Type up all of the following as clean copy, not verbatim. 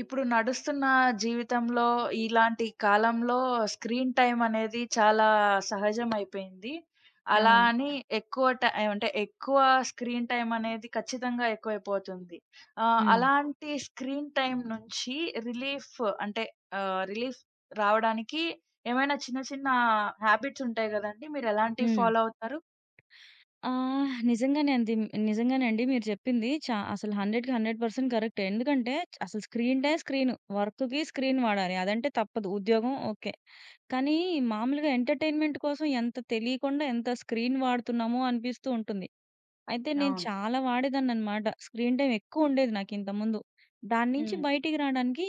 ఇప్పుడు నడుస్తున్న జీవితంలో ఇలాంటి కాలంలో స్క్రీన్ టైమ్ అనేది చాలా సహజమైపోయింది. అలా అవును. అని ఎక్కువ టైమ్ అంటే ఎక్కువ స్క్రీన్ టైమ్ అనేది ఖచ్చితంగా ఎక్కువైపోతుంది. హ్మ్. అలాంటి స్క్రీన్ టైమ్ నుంచి రిలీఫ్ అంటే రిలీఫ్ రావడానికి ఏమైనా చిన్న చిన్న హ్యాబిట్స్ ఉంటాయి గదండీ! మీరెలాంటివి హ్మ్. ఫాలో అవుతారు? నిజంగానే అంది. నిజంగానే అండి. మీరు చెప్పింది అసలు 100కి 100% కరెక్టే. ఎందుకంటే అసలు స్క్రీన్ టైమ్ స్క్రీన్. వర్క్‌కి స్క్రీన్ వాడాలి. అదంటే తప్పదు. ఉద్యోగం ఓకే. కానీ మామూలుగా ఎంటర్‌టైన్‌మెంట్ కోసం ఎంత తెలియకుండా ఎంత స్క్రీన్ వాడుతున్నామో అనిపిస్తూ ఉంటుంది. అయితే నేను అవును. చాలా వాడేదాన్ననమాట. స్క్రీన్ టైమ్ ఎక్కువ ఉండేది నాకు ఇంతకుముందు. దాని నుంచి హ్మ్. బయటికి రావడానికి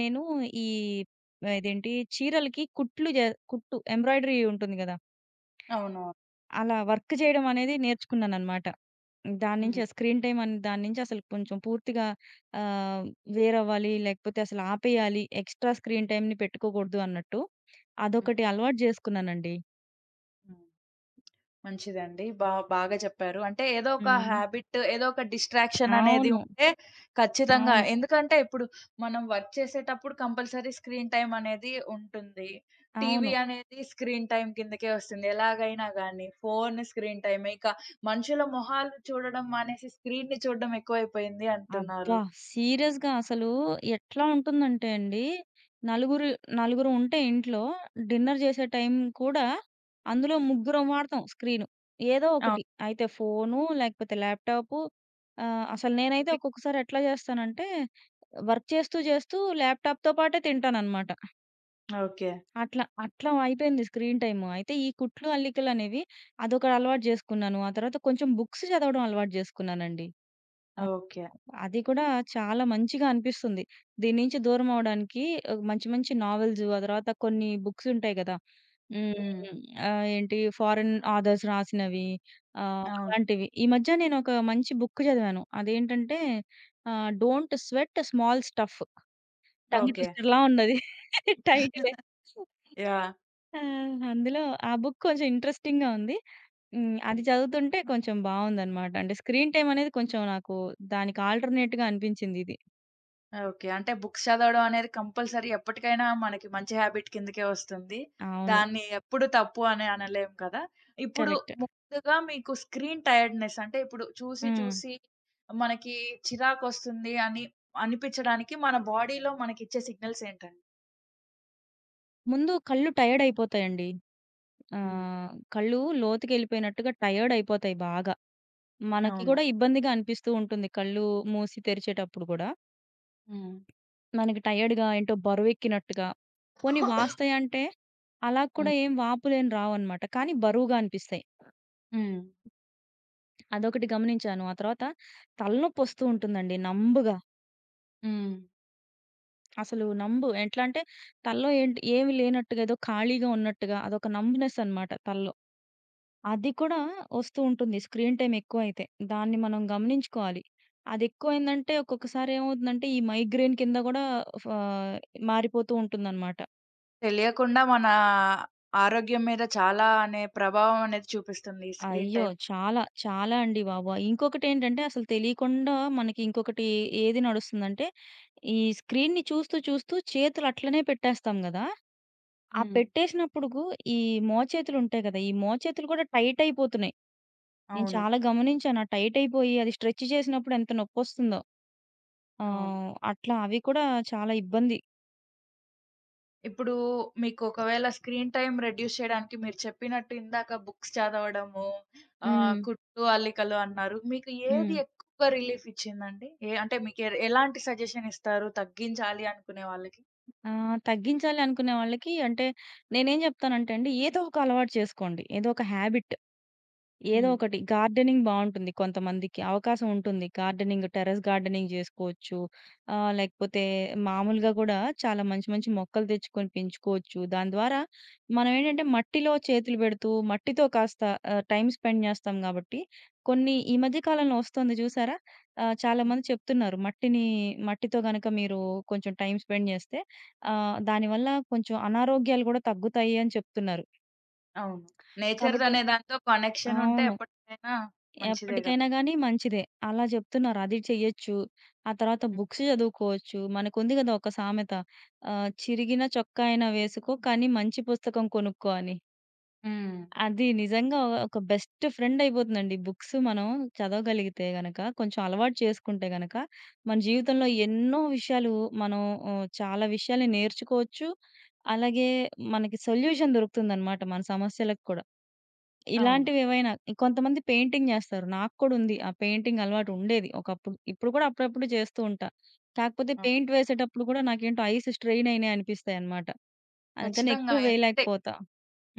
నేను ఈ ఇదేంటి చీరలకి కుట్లు కుట్టు ఎంబ్రాయిడరీ ఉంటుంది గదా! అవునవును. అలా వర్క్ చేయడం అనేది నేర్చుకున్నాననమాట. దాని నుంచి హ్మ్. ఆ స్క్రీన్ టైమ్ దాని నుంచి అసలు కొంచెం పూర్తిగా ఆహ్, వేరవ్వాలి. లేకపోతే అసలు ఆపేయాలి. ఎక్స్‌ట్రా స్క్రీన్ టైమ్‌ని పెట్టుకోకూడదు అన్నట్టు. హ్మ్. అదొకటి అలవాటు జేసుకున్నానండి. హ్మ్. మంచిదండి. బాగా చెప్పారు. అంటే ఏదో ఒక హ్మ్. హ్యాబిట్, ఏదో ఒక డిస్ట్రాక్షన్ అనేది అవును. ఉంటే ఖచ్చితంగా, అవును. ఎందుకంటే ఇప్పుడు మనం వర్క్ చేసేటప్పుడు కంపల్సరీ స్క్రీన్ టైమ్ అనేది ఉంటుంది. టీవీ అవును. అనేది స్క్రీన్ టైమ్ కిందకే వస్తుంది. ఎలాగైనా గానీ, ఫోన్ స్క్రీన్ టైమే. ఇక మనుషుల మొహాలు చూడడం మానేసి స్క్రీన్‌ని చూడడం ఎక్కువైపోయింది అబ్బా! అంటున్నారు. సీరియస్‌గా అసలు ఎట్లా ఉంటుందంటే అండి, నలుగురు నలుగురు ఉంటే ఇంట్లో డిన్నర్ చేసే టైం కూడా అందులో ముగ్గురం వాడతాం స్క్రీను. ఏదో ఒకటి. అవును. అయితే ఫోను, లేకపోతే ల్యాప్‌టాపు. అసలు నేనైతే ఇవి ఒక్కొక్కసారి ఎట్లా చేస్తానంటే, వర్క్ చేస్తూ చేస్తూ ల్యాప్‌టాప్‌తో పాటే తింటాననమాట. ఓకే. అట్లా, అట్లా అయిపోయింది స్క్రీన్ టైము. అయితే ఈ కుట్లు, అల్లికలనేవి అదొక అలవాటు జేసుకున్నాను. ఆ తర్వాత కొంచెం బుక్స్ చదవడం అలవాటు జేసుకున్నానండి. ఆ! ఓకే. అది కూడా చాలా మంచిగా అనిపిస్తుంది. దీని నుంచి దూరం అవ్వడానికి మంచి మంచి నావెల్స్, ఆ తర్వాత కొన్ని బుక్స్ ఉంటాయి గదా! హ్మ్. హ్మ్. ఏంటి ఫారెన్ ఆథర్స్ రాసినవి, అవును. అలాంటివి. ఈ మధ్య నేను ఒక మంచి బుక్ చదివాను. అదేంటంటే, 'don't sweat small stuff'. Tongue okay. ట్విస్టర్‌లా ఉన్నది టైటిలే. యాహ్! ఆ! అందులో, ఆ బుక్ కొంచెం ఇంట్రెస్టింగ్‌గా ఉంది. హ్మ్. అది హ్మ్. చదువుతుంటే కొంచెం బావుందనమాట. అంటే స్క్రీన్ టైమ్ అనేది కొంచెం నాకు దానికి ఆల్టర్‌నేట్‌గా అనిపించిందిది. ఓకే. అంటే బుక్స్ చదవడం అనేది కంపల్సరీ ఎప్పటికైనా మనకి మంచి హాబిట్ కిందకే వస్తుంది. అవును. దాన్ని ఎప్పుడు తప్పు అని అనలేం కదా! ఇప్పుడు కరెక్ట్. ముందుగా మీకు స్క్రీన్ టైర్డ్‌నెస్ అంటే ఇప్పుడు చూసి హ్మ్. చూసి మనకి చిరాకొస్తుంది అని అనిపించడానికి మన బాడీలో మనకిచ్చే సిగ్నల్స్ ఏంటండి? ముందు కళ్ళు టైర్డ్ అయిపోతాయండి. హ్మ్. కళ్ళు లోతుకెళ్ళిపోయినట్టుగా టైర్డ్ అయిపోతాయి బాగా. మనకి అవును. కూడా ఇబ్బందిగా అనిపిస్తూ ఉంటుంది కళ్ళు మూసి తెరిచేటప్పుడు గూడా. హ్మ్. మనకి టైర్డ్‌గా, ఏంటో బరువెక్కినట్టుగా. పోనీ వాస్తాయంటే, అలా హ్మ్. కూడా ఏం వాపులేం రావన్నమాట. కానీ బరువుగా అనిపిస్తాయి. హ్మ్. అదొకటి గమనించాను. ఆ తర్వాత తలనొప్పొస్తూ ఉంటుందండి నంబుగా. హ్మ్. అసలు నంబు ఎట్లా అంటే, తలలో ఏంటి ఏమి లేనట్టుగా ఏదో ఖాళీగా ఉన్నట్టుగా అదొక నంబ్‌నెస్ అన్నమాట తలలో. అది కూడా వస్తూ ఉంటుంది స్క్రీన్ టైమ్ ఎక్కువైతే. దాన్ని మనం గమనించుకోవాలి. అదెక్కువైందంటే ఒక్కొక్కసారి ఏమవుతుందంటే ఈ మైగ్రేన్ కింద గూడా ఫా మారిపోతూ ఉంటుందనమాట. తెలియకుండా మన ఆరోగ్యం మీద చాలా అనే ప్రభావం అనేది చూపిస్తుంది ఈ స్క్రీన్ అయ్యో! టైమ్. చాలా, చాలా అండి బాబు. ఇంకొకటేంటంటే అసలు తెలియకుండా మనకి ఇంకొకటి ఏది నడుస్తుందంటే, ఈ స్క్రీన్‌ని చూస్తూ చూస్తూ చేతులు అట్లనే పెట్టేస్తాం గదా! ఆ హ్మ్. పెట్టేసినప్పుడుకు ఈ మోచేతులుంటాయి గదా! ఈ మోచేతులు కూడా టైట్ అయిపోతున్నాయి. నేను అవును. చాలా గమనించాను. ఆ టైట్ అయిపోయి అది స్ట్రెచ్ చేసినప్పుడు ఎంత నొప్పొస్తుందో. అవును. అట్లా అవి కూడా చాలా ఇబ్బంది. ఇప్పుడు మీకు ఒకవేళ స్క్రీన్ టైమ్ రెడ్యూస్ చేయడానికి మీరు చెప్పినట్టు ఇందాక బుక్స్ చదవడము, హ్మ్. కుట్లు, అల్లికలు అన్నారు. మీకు హ్మ్. ఏది ఎక్కువ రిలీఫ్ ఇచ్చిందండి? ఏ అంటే మీకు ఎ ఎలాంటి సజెషన్ ఇస్తారు తగ్గించాలి అనుకునే వాళ్ళకి? ఆ! తగ్గించాలి అనుకునే వాళ్ళకి అంటే, నేనేం జెప్తానంటే అండి, ఏదో ఒక అలవాటు చేసుకోండి. ఏదో ఒక హాబిట్. ఏదో హ్మ్. ఒకటి. గార్డెనింగ్ బావుంటుంది కొంతమందికి. అవకాశం ఉంటుంది. గార్డెనింగ్, టెర్రస్ గార్డెనింగ్ జేసుకోవచ్చు. లేకపోతే మామూలుగా గూడా చాలా మంచి మంచి మొక్కలు తెచ్చుకొని పెంచుకోవచ్చు. దాని ద్వారా మనం ఏంటంటే మట్టిలో చేతులు పెడుతూ, మట్టితో కాస్త టైమ్ స్పెండ్ జేస్తాం గాబట్టి, కొన్ని ఈ మధ్య కాలంలో ఒస్తుంది జూసారా? హ్మ్. చాలామంది చెప్తున్నారు. మట్టితో గనక మీరు కొంచెం టైమ్ స్పెండ్ జేస్తే దానివల్ల కొంచెం అనారోగ్యాలు గూడా తగ్గుతాయి అని చెప్తున్నారు. అవును. కాబట్టి నేచర్‌దనే దాంతో కనెక్షన్ ఉంటే అవును, ఎప్పటికైనా మంచిదే గదా! ఎప్పటికైనా గాని మంచిదే. అలా చెప్తున్నారు. అది చెయ్యొచ్చు. ఆ తర్వాత బుక్స్ చదువుకోవచ్చు. మనకుంది కదా ఒక సామెత, హ్మ్. చిరిగిన చొక్కా అయినా వేసుకో కానీ మంచి పుస్తకం కొనుక్కో అని. హ్మ్. అది నిజంగా ఒక బెస్ట్ ఫ్రెండ్ అయిపోతుందండి. బుక్స్ మనం చదవగలిగితే గనక, కొంచెం అలవాటు చేసుకుంటే గనక, మన జీవితంలో ఎన్నో విషయాలు మనం, చాలా విషయాల్ని నేర్చుకోవచ్చు. అలాగే మనకి సొల్యూషన్ దొరుకుతుందనమాట మన సమస్యలకు కూడా. అవును. ఇలాంటివేవైనా. కొంతమంది పెయింటింగ్ జేస్తారు. నాకు కూడా ఉంది ఆ పెయింటింగ్ అలవాటు ఉండేది ఒకప్పుడు. ఇప్పుడు కూడా అప్పుడప్పుడు చేస్తూ ఉంటా. కాకపోతే అవును. పెయింట్ వేసేటప్పుడు కూడా నాకేంటో ఐస్ స్ట్రెయిన్ అయినయి అనిపిస్తాయన్నమాట. అందుకని ఖచ్చితంగా. ఎక్కువ వేయలేకపోతా.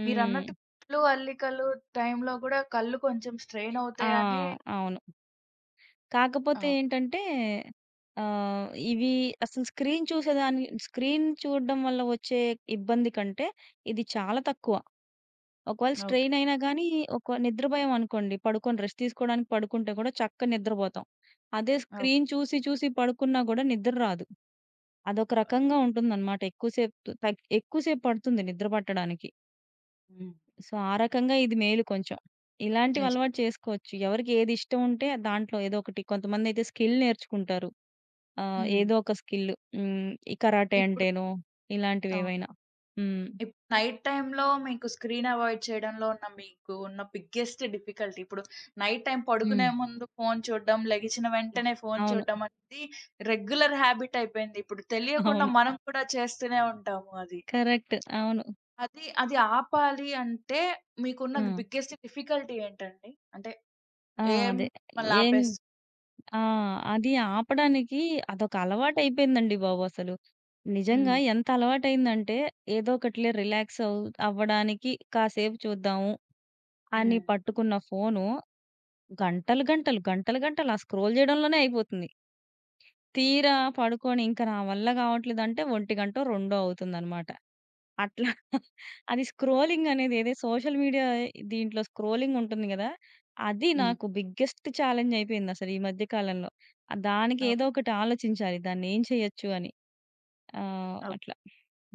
హ్మ్. మీరన్నట్టు కుట్లు, అల్లికలు టైమ్‌లో గూడా కళ్ళు కొంచెం స్ట్రెయిన్ ఆ! అవుతాయని. అవును. కాకపోతే అవును. ఏంటంటే, ఆహ్, ఇవి అసలు స్క్రీన్ చూడడం వల్ల వచ్చే ఇబ్బంది కంటే ఇది చాలా తక్కువ. ఒకవేళ ఓకే. స్ట్రెయిన్ అయినా గానీ, ఒక నిద్రపోయాం అనుకోండి, పడుకొని రెస్ట్ తీసుకోవడానికి పడుకుంటే కూడా చక్కగా నిద్రపోతాం. అదే ఓకే. స్క్రీన్ చూసి, చూసి పడుకున్నా గూడా నిద్ర రాదు. అదొక రకంగా ఉంటుందనమాట. ఎక్కువ సేపు పడుతుంది నిద్ర పట్టడానికి. హ్మ్. సో, ఆ రకంగా ఇది మేలు కొంచెం. ఇలాంటివి నిజం. అలవాటు చేసుకోవచ్చు. ఎవరికి ఏది ఇష్టం ఉంటే దాంట్లో ఏదో ఒకటి. కొంతమందయితే స్కిల్ నేర్చుకుంటారు. హ్మ్. ఏదో ఒక స్కిల్. హ్మ్. ఈ కరాటే ఇప్పుడు అంటేనో అవును. ఇలాంటివేవైనా. హ్మ్. నైట్ టైమ్‌లో మీకు స్క్రీన్ అవాయిడ్ చేయడంలో ఉన్న మీకు ఉన్న బిగ్గెస్ట్ డిఫికల్టీ ఇప్పుడు నైట్ టైమ్ పడుకునే హ్మ్. ముందు ఫోను చూడడం, లెగిచిన వెంటనే ఫోను అవును. చూడడం అనేది రెగ్యులర్ హాబిట్ అయిపోయింది. ఇప్పుడు తెలియకుండా అవును. మనం కూడా చేస్తూనే ఉంటాము అది. కరెక్ట్. అవును. అది ఆపాలి అంటే మీకున్న హ్మ్. బిగ్గెస్ట్ డిఫికల్టీ ఏంటండి? అంటే ఆ! ఏం అదే. మిమ్మల్ని ఏం ఆపేస్తుంది? ఆ! అది ఆపడానికి అదొక అలవాటయిపోయిందండి బాబు అసలు. నిజంగా హ్మ్. ఎంత అలవాటయిందంటే, ఏదో ఒకటిలే రిలాక్స్ అవ్వడానికి కాసేపు చూద్దాము అని హ్మ్. పట్టుకున్న ఫోను గంటలు, గంటలు, గంటలు, గంటలు ఆ స్క్రోల్ చేయడంలోనే అయిపోతుంది. తీరా పడుకొని ఇంక నా వల్ల కావట్లేదంటే 1:00, 2:00 అవుతుందనమాట. అట్లా. అది స్క్రోలింగ్ అనేదేదో, సోషల్ మీడియా దీంట్లో స్క్రోలింగ్ ఉంటుంది గదా! అది హ్మ్. నాకు బిగ్గెస్ట్ ఛాలెంజ్ అయిపోయిందసలు ఈ మధ్య కాలంలో. దానికి ఓహ్! ఏదో ఒకటి ఆలోచించాలి దాన్నేం చేయొచ్చు అని. ఓకే. అట్లా.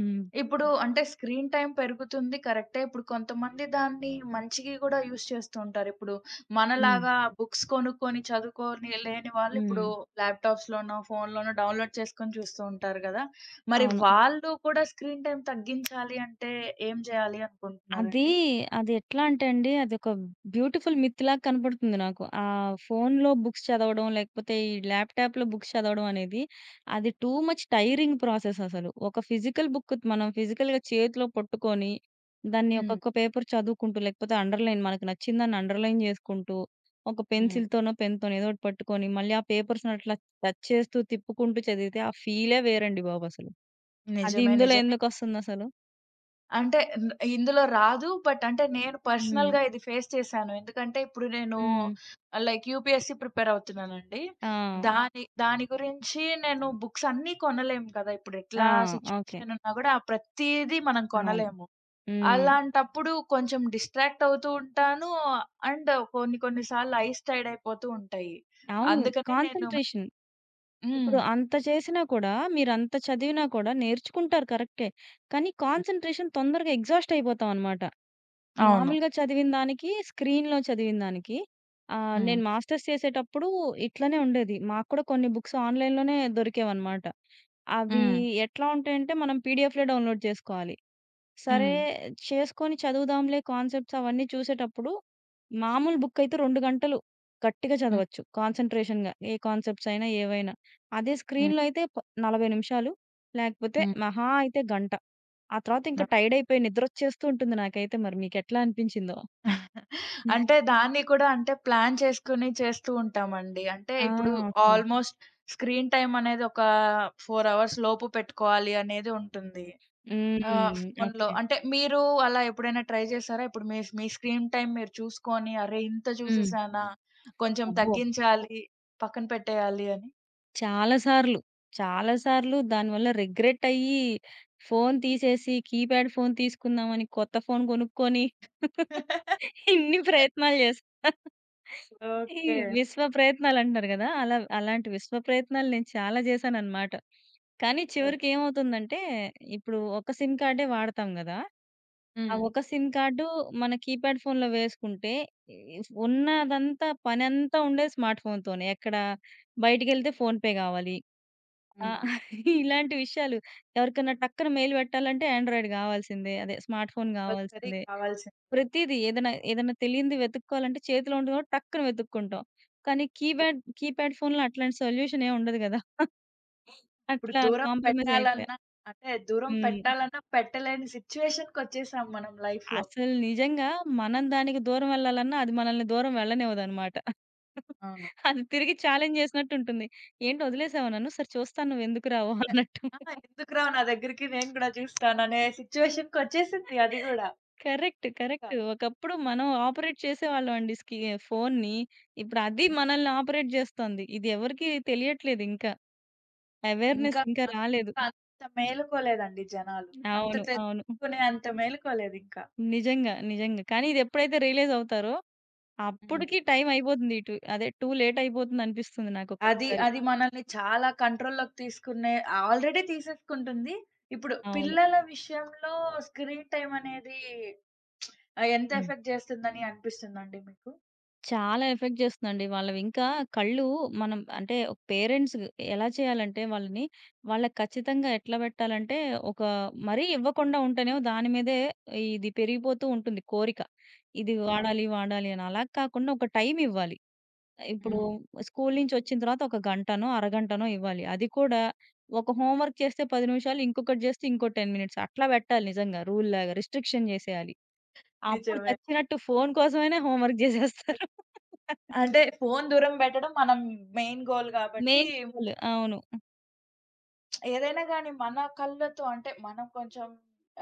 హ్మ్. ఇప్పుడు అంటే స్క్రీన్ టైమ్ పెరుగుతుంది కరెక్టే. ఇప్పుడు కొంతమంది దాన్ని మంచికి గూడా యూజ్ చేస్తూ ఉంటారు. ఇప్పుడు హ్మ్. మనలాగా బుక్స్ కొనుక్కొని చదువుకొని లేని వాళ్ళు ఇప్పుడు హ్మ్. ల్యాప్‌టాప్స్‌లోనో, ఫోన్‌లోనో డౌన్‌లోడ్ చేసుకొని చూస్తూ ఉంటారు గదా! మరి అవును. వాళ్ళు కూడా స్క్రీన్ టైమ్ తగ్గించాలి అంటే ఏం జేయాలి అది, అనుకుంటున్నారండి? అది ఎట్లా అంటే అండి, అదొక బ్యూటిఫుల్ మిత్‌లాగా కనపడుతుంది నాకు. ఫోనులో బుక్స్ చదవడం, లేకపోతే ఈ ల్యాప్‌టాప్‌లో బుక్స్ చదవడం అనేది, అది టూ మచ్ టైరింగ్ ప్రాసెస్ అసలు. ఒక ఫిజికల్ బుక్ మనం ఫిజికల్‌గా చేతిలో పట్టుకొని, దాన్ని హ్మ్. ఒక్కొక్క పేపర్ చదువుకుంటూ, లేకపోతే అండర్‌లైన్ మనకు నచ్చిందాన్ని అండర్‌లైన్ చేసుకుంటూ, ఒక హ్మ్. పెన్సిల్‌తోనో, పెన్‌తోనో ఏదో ఒకటి పట్టుకొని, మళ్ళీ ఆ పేపర్స్‌ని అట్లా టచ్ చేస్తూ, తిప్పుకుంటూ చదివితే ఆ ఫీలే వేరండి బాబసలు. అది నిజమే. ఇందులో నిజమే. ఎందుకొస్తుందసలు? అంటే న్ ఇందులో రాదు. బట్ అంటే నేను హ్మ్. పర్సనల్‌గా ఇది ఫేస్ చేశాను. ఎందుకంటే ఇప్పుడు నేను హ్మ్. లైక్ యూపీఎస్‌సీ ప్రిపేర్ అవుతున్నానండి. ఆ! దాని దాని గురించి నేను బుక్స్ అన్నీ కొనలేము కదా! ఇప్పుడు ఆ! ఎట్లా ఓకే. సిట్యుయేషన్ ఉన్నా కూడా ప్రతీదీ మనం అవును. కొనలేము. హ్మ్. అలాంటప్పుడు కొంచెం డిస్ట్రాక్ట్ అవుతూ ఉంటాను. అండ్ కొన్ని కొన్ని సార్లు ఐస్ టైర్డ్ అయిపోతూ ఉంటాయి. అవును. అందుకనే నేను కాన్సంట్రేషన్. ఇప్పుడు హ్మ్. అంత చేసినా కూడా, మీరంత చదివినా కూడా నేర్చుకుంటారు కరెక్టే. కానీ హ్మ్. కాన్సంట్రేషన్ తొందరగా ఎగ్జాస్ట్ అయిపోతామనమాట. అవును. మామూలుగా చదివిన దానికి, స్క్రీన్‌లో చదివిన దానికి, హ్మ్. నేను మాస్టర్స్ చేసేటప్పుడు ఇట్లనే ఉండేది. మాకు కూడా కొన్ని బుక్స్ ఆన్‌లైన్‌లోనే దొరికేవనమాట. అవి హ్మ్. ఎట్లా ఉంటాయంటే, మనం పీడీఎఫ్‌లే డౌన్‌లోడ్ చేసుకోవాలి. సరే హ్మ్. చేసుకొని చదువుదాంలే కాన్సెప్ట్స్ అవన్నీ చూసేటప్పుడు, మామూలు బుక్ అయితే 2 గంటలు గట్టిగా హ్మ్. చదవచ్చు కాన్సంట్రేషన్‌గా, ఏ కాన్సెప్ట్స్ అయినా ఏవైనా. అదే హ్మ్. స్క్రీన్‌లో అయితే 40 నిమిషాలు, లేకపోతే హ్మ్. మహా అయితే గంట. ఆ తర్వాత ఇంకా ఓహ్! టైర్డ్ అయిపోయి నిద్రొచ్చేస్తూ ఉంటుంది నాకైతే. మరి మీకెట్లా అనిపించిందో? అంటే దాన్ని కూడా అంటే ప్లాన్ చేసుకొని చేస్తూ ఉంటామండి. అంటే ఆ! ఇప్పుడు ఓకే. ఆల్‌మోస్ట్ స్క్రీన్ టైమ్ అనేది ఒక 4 అవర్స్ లోపు పెట్టుకోవాలి అనేది ఉంటుంది. హ్మ్. ఫోనులో ఓకే. అంటే మీరు అలా ఎప్పుడైనా ట్రై చేసారా? ఇప్పుడు మీ మీ స్క్రీన్ టైమ్ మీరు చూసుకొని అరే! ఇంత హ్మ్. చూసేసానా? కొంచెం అబ్బో! తగ్గించాలి, పక్కన పెట్టేయాలి అని. చాలా సార్లు. చాలా సార్లు దానివల్ల రిగ్రెట్ అయ్యి ఫోను తీసేసి కీప్యాడ్ ఫోను తీసుకుందామని కొత్త ఫోను కొనుక్కొని ఇన్ని ప్రయత్నాలు చేశా. ఈ ఓకే. విశ్వ ప్రయత్నాలంటారు గదా! అలాంటి విశ్వ ప్రయత్నాలు నేను చాలా చేశానన్నమాట. కానీ ఓకే. చివరికి ఏమవుతుందంటే, ఇప్పుడు ఒక సిమ్ కార్డే వాడతాం గదా! ఆ హ్మ్. ఒక సిమ్ కార్డు మన కీప్యాడ్ ఫోనులో వేసుకుంటే, ఈ ఉన్నదంతా పనంతా ఉండేది స్మార్ట్ ఫోనుతోనే. ఎక్కడ బయటికెళ్తే ఫోన్‌పే గావాలి. ఆ! హ్మ్. ఇలాంటి విషయాలు. ఎవరికన్నా టక్కున మెయిల్ పెట్టాలంటే ఆండ్రాయిడ్ గావాల్సిందే. అదే స్మార్ట్ ఫోన్ కంపల్సరీ గావాల్సిందే. కావాల్సిందే. ప్రతీదీ ఏదైనా, తెలియనిది వెతుక్కోవాలంటే చేతిలో ఉండదు కాబట్టి టక్కున వెతుక్కుంటాం. కానీ కీప్యాడ్ ఫోన్‌లో అట్లాంటి సొల్యూషన్ ఏం ఉండదు గదా! ఇప్పుడు అట్లా దూరం కాంప్రమైజ్ అయిపోయా. పెట్టాలన్నా, అంటే దూరం హ్మ్. పెట్టాలన్నా పెట్టలేని సిట్యుయేషన్‌కొచ్చేసాం మనం లైఫ్‌లో. అసలు నిజంగా మనం దానికి దూరం వెళ్ళాలన్నా అది మనల్ని దూరం వెళ్ళనివ్వదనమాట. అవును. అది తిరిగి ఛాలెంజ్ చేసినట్టు ఉంటుంది. ఏంటి వదిలేసావా నన్ను? సరే చూస్తాను నువ్వు ఎందుకు రావో ఎ అన్నట్టు. ఆ! ఎందుకురా నా దగ్గరికి నేను కూడా చూస్తాననే సిట్యుయేషన్‌కొచ్చేసింది అది గూడా. కరెక్ట్. ఇంకా, కరెక్ట్. ఒకప్పుడు మనం ఆపరేట్ చేసేవాళ్ళం అండి ఫోన్ని. ఇప్పుడు అది హ్మ్. మనల్ని ఆపరేట్ జేస్తోంది. ఇది ఎవరికీ తెలియట్లేదు ఇంకా. ఇంకా అవేర్‌నెస్ ఇంకా రాలేదు. ఇంకా అంత మేలుకోలేదండి జనాలు. అంత అవును. అవును. తెలుసుకునే అంత మేలుకోలేదింకా. నిజంగా. నిజంగా. కానీ ఇది ఎప్పుడైతే రియలైజ్ అవుతారో హ్మ్. అప్పటికి టైం అయిపోతుంది. ఇటు అదే టూ లేట్ అయిపోతుందనిపిస్తుంది నాకు అది. ఒక్కొక్కసారి. అది మనల్ని చాలా కంట్రోల్‌లోకి తీసుకునే ఆల్రెడీ తీసేసుకుంటుంది. ఇప్పుడు అవును. పిల్లల విషయంలో స్క్రీన్ టైమ్ అనేది ఎంత హ్మ్. ఎఫెక్ట్ చేస్తుందని అనిపిస్తుందండి మీకు? చాలా ఎఫెక్ట్ చేస్తుందండి. వాళ్ళవింకా కళ్ళు, మనం అంటే పేరెంట్స్ ఎలా చేయాలంటే వాళ్ళని, వాళ్ళకి ఖచ్చితంగా ఎట్లా పెట్టాలంటే, ఒక మరీ ఇవ్వకుండా ఉంటేనేమో దాని మీదే ఇది పెరిగిపోతూ ఉంటుంది కోరిక. ఇది అవును. వాడాలి, వాడాలి అని. అలా కాకుండా ఒక టైమ్ ఇవ్వాలి. ఇప్పుడు హ్మ్. స్కూలు నుంచి వచ్చిన తర్వాత ఒక గంటనో, అరగంటనో ఇవ్వాలి. అది కూడా ఒక హోమ్ వర్క్ చేస్తే 10 నిమిషాలు, ఇంకొకటి చేస్తే ఇంకో 10 మినిట్స్ అట్లా పెట్టాలి. నిజంగా రూల్‌లాగా రిస్ట్రిక్షన్ చేసేయాలి. అప్పుడు నిజమే. చచ్చినట్టు ఫోను కోసమైనా హోమ్ వర్క్ చేసేస్తారు. అంటే ఫోను దూరం పెట్టడం మనం మెయిన్ గోల్ గాబట్టి మెయిన్ రోల్. అవును. ఏదైనా గాని మన కళ్ళతో అంటే మనం కొంచెం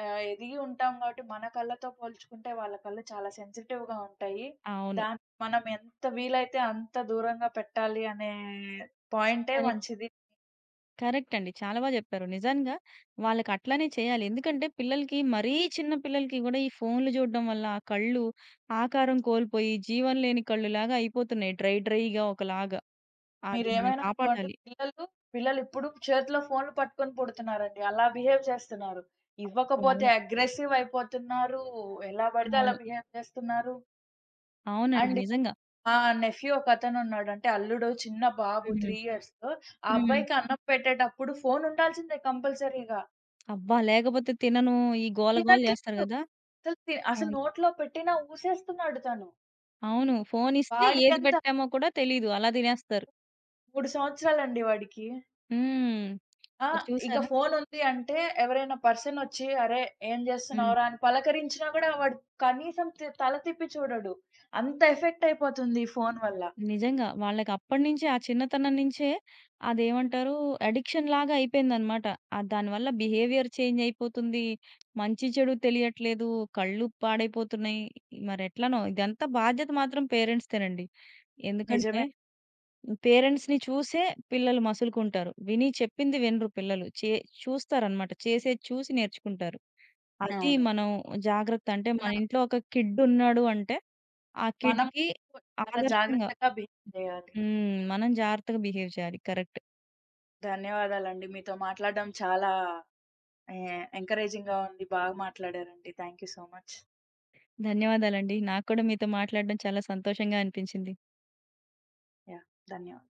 ఎదిగి ఉంటాం కాబట్టి మన కళ్ళతో పోల్చుకుంటే వాళ్ళ కళ్ళు చాలా సెన్సిటివ్‌గా ఉంటాయి. అవును. దాన్ని మనం ఎంత వీలైతే అంత దూరంగా పెట్టాలి అనే పాయింటే కరెక్ట్. మంచిది. కరెక్ట్ అండి. చాలా జెప్పారు. నిజంగా వాళ్ళకి అట్లనే చేయాలి. ఎందుకంటే పిల్లలకి మరీ చిన్న పిల్లలకి గూడా ఈ ఫోన్‌లు జూడడం వల్ల ఆ కళ్ళు ఆకారం కోల్పోయి జీవం లేని కళ్ళులాగా అయిపోతున్నాయి. డ్రై డ్రైగా ఒకలాగా. అది మనం మీరేమైనా అనుకోండి, కాపాడాలి. పిల్లలిప్పుడు చేతిలో ఫోన్‌లు పట్టుకొని పుడుతున్నారండి. అలా బిహేవ్ చేస్తున్నారు. ఇవ్వకపోతే అవును. అగ్రెసివ్ అయిపోతున్నారు. ఎలా పడితే అలా అవును. బిహేవ్ చేస్తున్నారు. అవునండి. అండ్ నిజంగా. ఆ! నెఫ్యూ ఒకతనున్నాడు. అంటే అల్లుడు చిన్న బాబు 3 హ్మ్. ఇయర్స్. ఆ హ్మ్. అబ్బాయికి అన్నం పెట్టేటప్పుడు ఫోను ఉండాల్సిందే కంపల్సరీగా. అబ్బా! లేకపోతే తినను. ఈ గోల గోల జేస్తారు తినట్లేదు. గదా! అసలు అవును. నోట్లో పెట్టినా ఊసేస్తున్నాడు తను. అవును. ఫోనిస్తే ఏది వాడికెంత పెట్టామో కూడా తెలీదు. అలా తినేస్తారు. 3 సంవత్సరాలండి వాడికి. హ్మ్. ఆ! మరి ఇక చూసారా? ఫోనుంది అంటే ఎవరైనా పర్సనొచ్చి, "అరే! ఏం హ్మ్. జేస్తున్నావురా?" అని పలకరించినా గూడా వాడు కనీసం తల తిప్పి చూడడు. అంత ఎఫెక్ట్ అయిపోతుంది ఈ ఫోను వల్ల. నిజంగా. వాళ్ళకప్పటినుంచే ఆ చిన్నతనం నుంచే అదేమంటారు, అడిక్షన్ లాగా అయిపోయిందనమాట. దానివల్ల బిహేవియర్ చేంజ్ అయిపోతుంది. మంచి చెడు తెలియట్లేదు. కళ్ళు పాడైపోతున్నాయి. మరెట్లనో ఇదంతా బాధ్యత మాత్రం పేరెంట్స్‌దేనండి. ఎందుకంటే నిజమే. పేరెంట్స్‌ని చూసే పిల్లలు మసులుకుంటారు. విని చెప్పింది వినరు పిల్లలు. చూస్తారనమాట. చేసేది చూసి నేర్చుకుంటారు. అది అవును. మనం జాగ్రత్త. అంటే మన మన ఇంట్లో ఒక కిడ్ ఉన్నాడు అంటే ఆ మనం కిడ్‌కి అలా ఆదర్శంగా, జాగ్రత్తగా బిహేవ్ చేయాలి. హ్మ్, మనం జాగ్రత్తగా బిహేవ్ చేయాలి. కరెక్ట్. ధన్యవాదాలండి. మీతో మాట్లాడడం చాలా ఎ ఎంకరేజింగ్‌గా ఉంది. బాగా మాట్లాడారండి. Thank you so much. ధన్యవాదాలండి. నాకు కూడా మీతో మాట్లాడడం చాలా సంతోషంగా అనిపించింది. యాహ్! ధన్యవాదాలు.